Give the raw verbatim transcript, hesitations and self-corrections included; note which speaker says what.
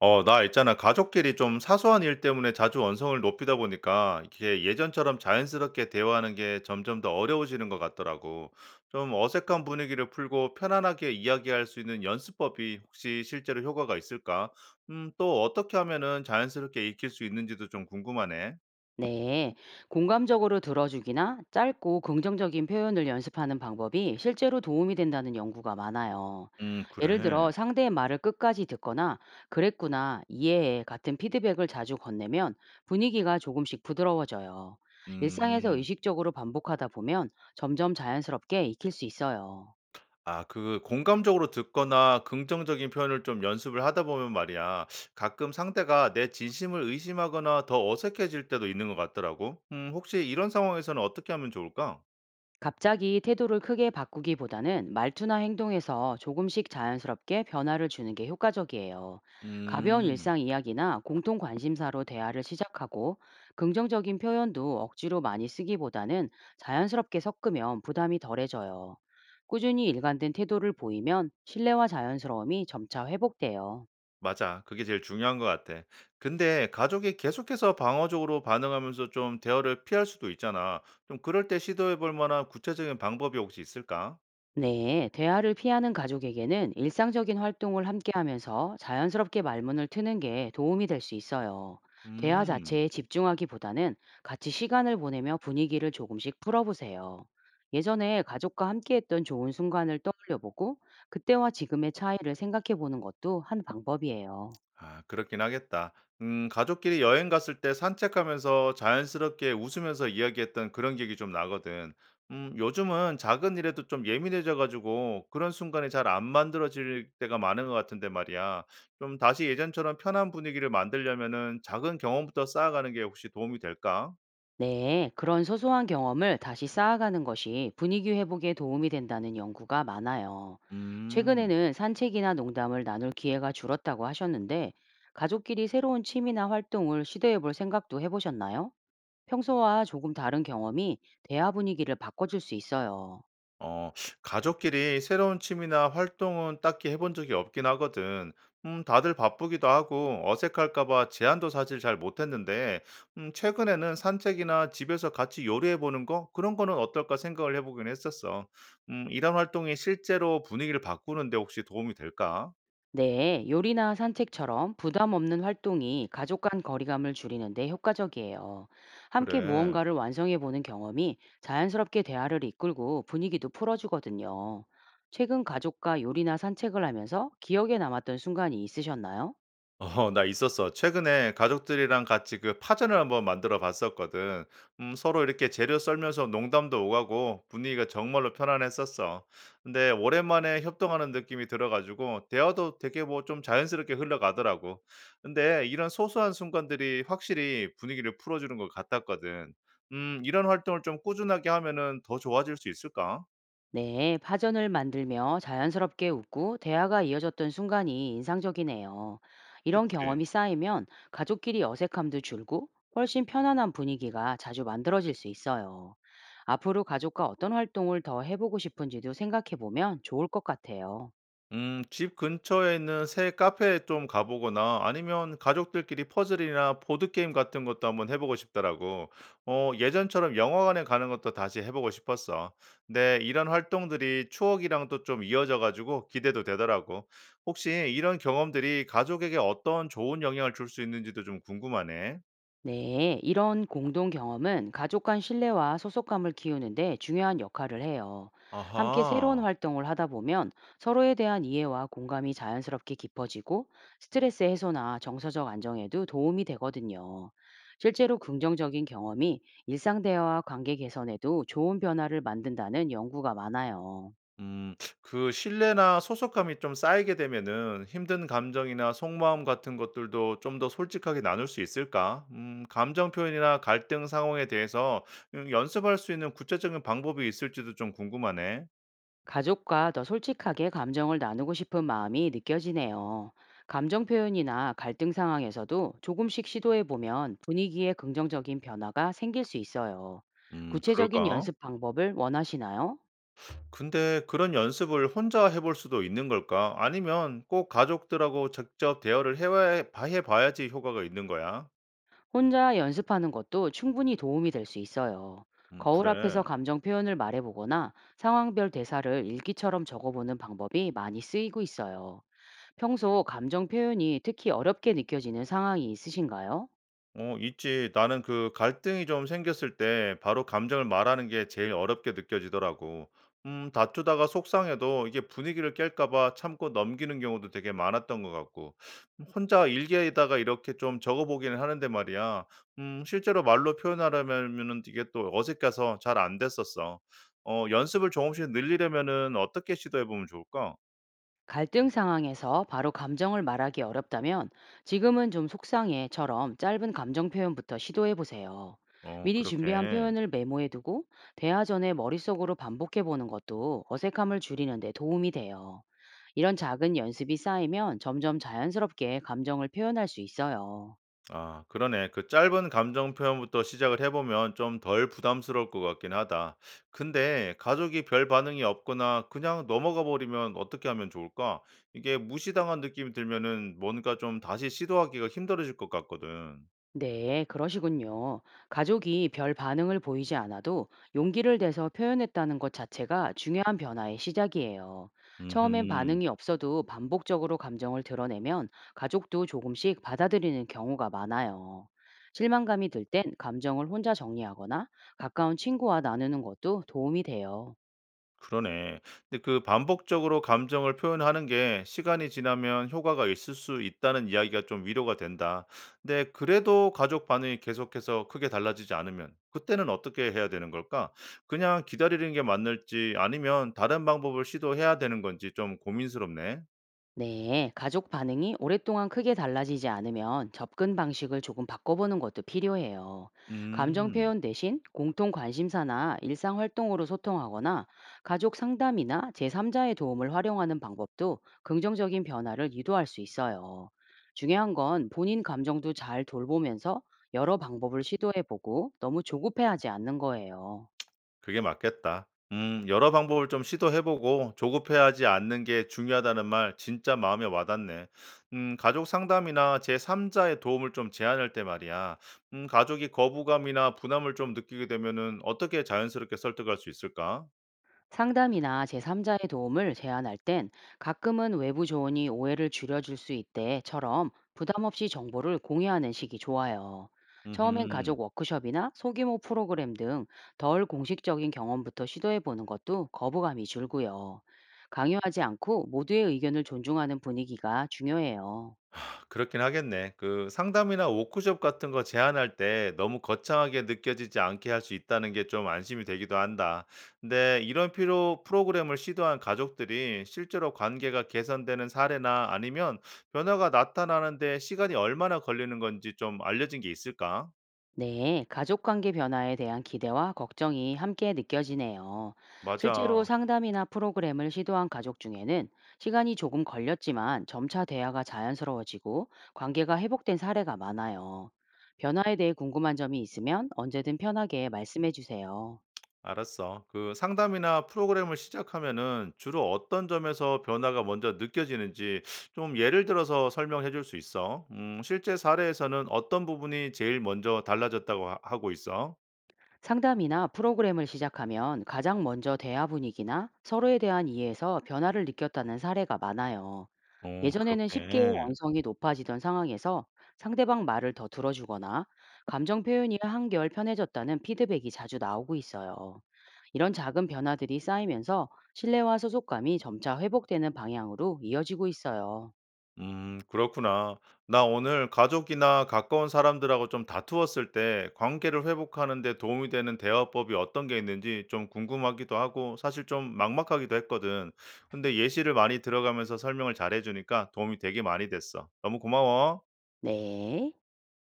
Speaker 1: 어, 나 있잖아. 가족끼리 좀 사소한 일 때문에 자주 언성을 높이다 보니까 이게 예전처럼 자연스럽게 대화하는 게 점점 더 어려워지는 것 같더라고. 좀 어색한 분위기를 풀고 편안하게 이야기할 수 있는 연습법이 혹시 실제로 효과가 있을까? 음, 또 어떻게 하면은 자연스럽게 익힐 수 있는지도 좀 궁금하네.
Speaker 2: 네, 공감적으로 들어주기나 짧고 긍정적인 표현을 연습하는 방법이 실제로 도움이 된다는 연구가 많아요.
Speaker 1: 음,
Speaker 2: 예를 들어
Speaker 1: 그래.
Speaker 2: 상대의 말을 끝까지 듣거나 그랬구나, 이해해 같은 피드백을 자주 건네면 분위기가 조금씩 부드러워져요. 일상에서
Speaker 1: 음.
Speaker 2: 의식적으로 반복하다 보면 점점 자연스럽게 익힐 수 있어요.
Speaker 1: 아 그 공감적으로 듣거나 긍정적인 표현을 좀 연습을 하다 보면 말이야. 가끔 상대가 내 진심을 의심하거나 더 어색해질 때도 있는 것 같더라고. 음 혹시 이런 상황에서는 어떻게 하면 좋을까?
Speaker 2: 갑자기 태도를 크게 바꾸기보다는 말투나 행동에서 조금씩 자연스럽게 변화를 주는 게 효과적이에요. 가벼운
Speaker 1: 음.
Speaker 2: 일상 이야기나 공통 관심사로 대화를 시작하고 긍정적인 표현도 억지로 많이 쓰기보다는 자연스럽게 섞으면 부담이 덜해져요. 꾸준히 일관된 태도를 보이면 신뢰와 자연스러움이 점차 회복돼요.
Speaker 1: 맞아. 그게 제일 중요한 것 같아. 근데 가족이 계속해서 방어적으로 반응하면서 좀 대화를 피할 수도 있잖아. 좀 그럴 때 시도해 볼 만한 구체적인 방법이 혹시 있을까?
Speaker 2: 네, 대화를 피하는 가족에게는 일상적인 활동을 함께 하면서 자연스럽게 말문을 트는 게 도움이 될 수 있어요. 대화
Speaker 1: 음.
Speaker 2: 자체에 집중하기보다는 같이 시간을 보내며 분위기를 조금씩 풀어보세요. 예전에 가족과 함께했던 좋은 순간을 떠올려 보고 그때와 지금의 차이를 생각해 보는 것도 한 방법이에요.
Speaker 1: 아 그렇긴 하겠다. 음 가족끼리 여행 갔을 때 산책하면서 자연스럽게 웃으면서 이야기했던 그런 기억이 좀 나거든. 음 요즘은 작은 일에도 좀 예민해져 가지고 그런 순간이 잘 안 만들어질 때가 많은 것 같은데 말이야. 좀 다시 예전처럼 편한 분위기를 만들려면은 작은 경험부터 쌓아가는 게 혹시 도움이 될까?
Speaker 2: 네, 그런 소소한 경험을 다시 쌓아가는 것이 분위기 회복에 도움이 된다는 연구가 많아요.
Speaker 1: 음.
Speaker 2: 최근에는 산책이나 농담을 나눌 기회가 줄었다고 하셨는데, 가족끼리 새로운 취미나 활동을 시도해 볼 생각도 해보셨나요? 평소와 조금 다른 경험이 대화 분위기를 바꿔줄 수 있어요.
Speaker 1: 어, 가족끼리 새로운 취미나 활동은 딱히 해본 적이 없긴 하거든. 음, 다들 바쁘기도 하고 어색할까봐 제안도 사실 잘 못했는데, 음, 최근에는 산책이나 집에서 같이 요리해보는 거? 그런 거는 어떨까 생각을 해보긴 했었어. 음, 이런 활동이 실제로 분위기를 바꾸는데 혹시 도움이 될까?
Speaker 2: 네, 요리나 산책처럼 부담 없는 활동이 가족 간 거리감을 줄이는데 효과적이에요. 함께
Speaker 1: 그래.
Speaker 2: 무언가를 완성해 보는 경험이 자연스럽게 대화를 이끌고 분위기도 풀어주거든요. 최근 가족과 요리나 산책을 하면서 기억에 남았던 순간이 있으셨나요?
Speaker 1: 어, 나 있었어. 최근에 가족들이랑 같이 그 파전을 한번 만들어 봤었거든. 음, 서로 이렇게 재료 썰면서 농담도 오가고 분위기가 정말로 편안했었어. 근데 오랜만에 협동하는 느낌이 들어가지고 대화도 되게 뭐 좀 자연스럽게 흘러가더라고. 근데 이런 소소한 순간들이 확실히 분위기를 풀어주는 것 같았거든. 음, 이런 활동을 좀 꾸준하게 하면은 더 좋아질 수 있을까?
Speaker 2: 네, 파전을 만들며 자연스럽게 웃고 대화가 이어졌던 순간이 인상적이네요. 이런
Speaker 1: 그치?
Speaker 2: 경험이 쌓이면 가족끼리 어색함도 줄고 훨씬 편안한 분위기가 자주 만들어질 수 있어요. 앞으로 가족과 어떤 활동을 더 해보고 싶은지도 생각해보면 좋을 것 같아요.
Speaker 1: 음, 집 근처에 있는 새 카페에 좀 가보거나 아니면 가족들끼리 퍼즐이나 보드게임 같은 것도 한번 해보고 싶더라고. 어, 예전처럼 영화관에 가는 것도 다시 해보고 싶었어. 근데 이런 활동들이 추억이랑도 좀 이어져가지고 기대도 되더라고. 혹시 이런 경험들이 가족에게 어떤 좋은 영향을 줄 수 있는지도 좀 궁금하네.
Speaker 2: 네, 이런 공동 경험은 가족 간 신뢰와 소속감을 키우는데 중요한 역할을 해요. 함께 새로운
Speaker 1: 아하.
Speaker 2: 활동을 하다 보면 서로에 대한 이해와 공감이 자연스럽게 깊어지고 스트레스 해소나 정서적 안정에도 도움이 되거든요. 실제로 긍정적인 경험이 일상 대화와 관계 개선에도 좋은 변화를 만든다는 연구가 많아요.
Speaker 1: 음. 그 신뢰나 소속감이 좀 쌓이게 되면은 힘든 감정이나 속마음 같은 것들도 좀 더 솔직하게 나눌 수 있을까? 음, 감정 표현이나 갈등 상황에 대해서 음, 연습할 수 있는 구체적인 방법이 있을지도 좀 궁금하네.
Speaker 2: 가족과 더 솔직하게 감정을 나누고 싶은 마음이 느껴지네요. 감정 표현이나 갈등 상황에서도 조금씩 시도해 보면 분위기에 긍정적인 변화가 생길 수 있어요.
Speaker 1: 음,
Speaker 2: 구체적인
Speaker 1: 그럴까?
Speaker 2: 연습 방법을 원하시나요?
Speaker 1: 근데 그런 연습을 혼자 해볼 수도 있는 걸까? 아니면 꼭 가족들하고 직접 대화를 해봐야, 해봐야지 효과가 있는 거야?
Speaker 2: 혼자 연습하는 것도 충분히 도움이 될 수 있어요.
Speaker 1: 음,
Speaker 2: 거울 앞에서
Speaker 1: 그래.
Speaker 2: 감정 표현을 말해보거나 상황별 대사를 일기처럼 적어보는 방법이 많이 쓰이고 있어요. 평소 감정 표현이 특히 어렵게 느껴지는 상황이 있으신가요?
Speaker 1: 어 있지. 나는 그 갈등이 좀 생겼을 때 바로 감정을 말하는 게 제일 어렵게 느껴지더라고. 음, 다투다가 속상해도 이게 분위기를 깰까 봐 참고 넘기는 경우도 되게 많았던 것 같고. 음, 혼자 일기에다가 이렇게 좀 적어보기는 하는데 말이야. 음, 실제로 말로 표현하려면은 이게 또 어색해서 잘 안 됐었어. 어, 연습을 조금씩 늘리려면은 어떻게 시도해보면 좋을까?
Speaker 2: 갈등 상황에서 바로 감정을 말하기 어렵다면 지금은 좀 속상해처럼 짧은 감정 표현부터 시도해 보세요.
Speaker 1: 어,
Speaker 2: 미리 준비한
Speaker 1: 그렇게.
Speaker 2: 표현을 메모해 두고 대화 전에 머릿속으로 반복해 보는 것도 어색함을 줄이는 데 도움이 돼요. 이런 작은 연습이 쌓이면 점점 자연스럽게 감정을 표현할 수 있어요.
Speaker 1: 아, 그러네. 그 짧은 감정 표현부터 시작을 해보면 좀 덜 부담스러울 것 같긴 하다. 근데 가족이 별 반응이 없거나 그냥 넘어가 버리면 어떻게 하면 좋을까? 이게 무시당한 느낌이 들면은 뭔가 좀 다시 시도하기가 힘들어질 것 같거든.
Speaker 2: 네, 그러시군요. 가족이 별 반응을 보이지 않아도 용기를 내서 표현했다는 것 자체가 중요한 변화의 시작이에요. 처음엔
Speaker 1: 음
Speaker 2: 반응이 없어도 반복적으로 감정을 드러내면 가족도 조금씩 받아들이는 경우가 많아요. 실망감이 들 땐 감정을 혼자 정리하거나 가까운 친구와 나누는 것도 도움이 돼요.
Speaker 1: 그러네. 근데 그 반복적으로 감정을 표현하는 게 시간이 지나면 효과가 있을 수 있다는 이야기가 좀 위로가 된다. 근데 그래도 가족 반응이 계속해서 크게 달라지지 않으면 그때는 어떻게 해야 되는 걸까? 그냥 기다리는 게 맞을지 아니면 다른 방법을 시도해야 되는 건지 좀 고민스럽네.
Speaker 2: 네, 가족 반응이 오랫동안 크게 달라지지 않으면 접근 방식을 조금 바꿔보는 것도 필요해요. 감정
Speaker 1: 음.
Speaker 2: 표현 대신 공통 관심사나 일상 활동으로 소통하거나 가족 상담이나 제삼자의 도움을 활용하는 방법도 긍정적인 변화를 유도할 수 있어요. 중요한 건 본인 감정도 잘 돌보면서 여러 방법을 시도해보고 너무 조급해하지 않는 거예요.
Speaker 1: 그게 맞겠다. 음, 여러 방법을 좀 시도해보고 조급해하지 않는 게 중요하다는 말 진짜 마음에 와닿네. 음, 가족 상담이나 제삼자의 도움을 좀 제안할 때 말이야. 음, 가족이 거부감이나 분함을 좀 느끼게 되면은 어떻게 자연스럽게 설득할 수 있을까?
Speaker 2: 상담이나 제삼자의 도움을 제안할 땐 가끔은 외부 조언이 오해를 줄여줄 수 있대처럼 부담 없이 정보를 공유하는 식이 좋아요. 처음엔
Speaker 1: 음흠.
Speaker 2: 가족 워크숍이나 소규모 프로그램 등 덜 공식적인 경험부터 시도해 보는 것도 거부감이 줄고요. 강요하지 않고 모두의 의견을 존중하는 분위기가 중요해요.
Speaker 1: 그렇긴 하겠네. 그 상담이나 워크숍 같은 거 제안할 때 너무 거창하게 느껴지지 않게 할 수 있다는 게 좀 안심이 되기도 한다. 근데 이런 필요 프로그램을 시도한 가족들이 실제로 관계가 개선되는 사례나 아니면 변화가 나타나는데 시간이 얼마나 걸리는 건지 좀 알려진 게 있을까?
Speaker 2: 네, 가족관계 변화에 대한 기대와 걱정이 함께 느껴지네요. 실제로
Speaker 1: 맞아.
Speaker 2: 상담이나 프로그램을 시도한 가족 중에는 시간이 조금 걸렸지만 점차 대화가 자연스러워지고 관계가 회복된 사례가 많아요. 변화에 대해 궁금한 점이 있으면 언제든 편하게 말씀해 주세요.
Speaker 1: 알았어. 그 상담이나 프로그램을 시작하면은 주로 어떤 점에서 변화가 먼저 느껴지는지 좀 예를 들어서 설명해 줄 수 있어? 음, 실제 사례에서는 어떤 부분이 제일 먼저 달라졌다고 하- 하고 있어?
Speaker 2: 상담이나 프로그램을 시작하면 가장 먼저 대화 분위기나 서로에 대한 이해에서 변화를 느꼈다는 사례가 많아요.
Speaker 1: 어,
Speaker 2: 예전에는 쉽게
Speaker 1: 그렇게.
Speaker 2: 원성이 높아지던 상황에서 상대방 말을 더 들어주거나 감정 표현이 한결 편해졌다는 피드백이 자주 나오고 있어요. 이런 작은 변화들이 쌓이면서 신뢰와 소속감이 점차 회복되는 방향으로 이어지고 있어요.
Speaker 1: 음, 그렇구나. 나 오늘 가족이나 가까운 사람들하고 좀 다투었을 때 관계를 회복하는 데 도움이 되는 대화법이 어떤 게 있는지 좀 궁금하기도 하고 사실 좀 막막하기도 했거든. 근데 예시를 많이 들어가면서 설명을 잘해주니까 도움이 되게 많이 됐어. 너무 고마워.
Speaker 2: 네.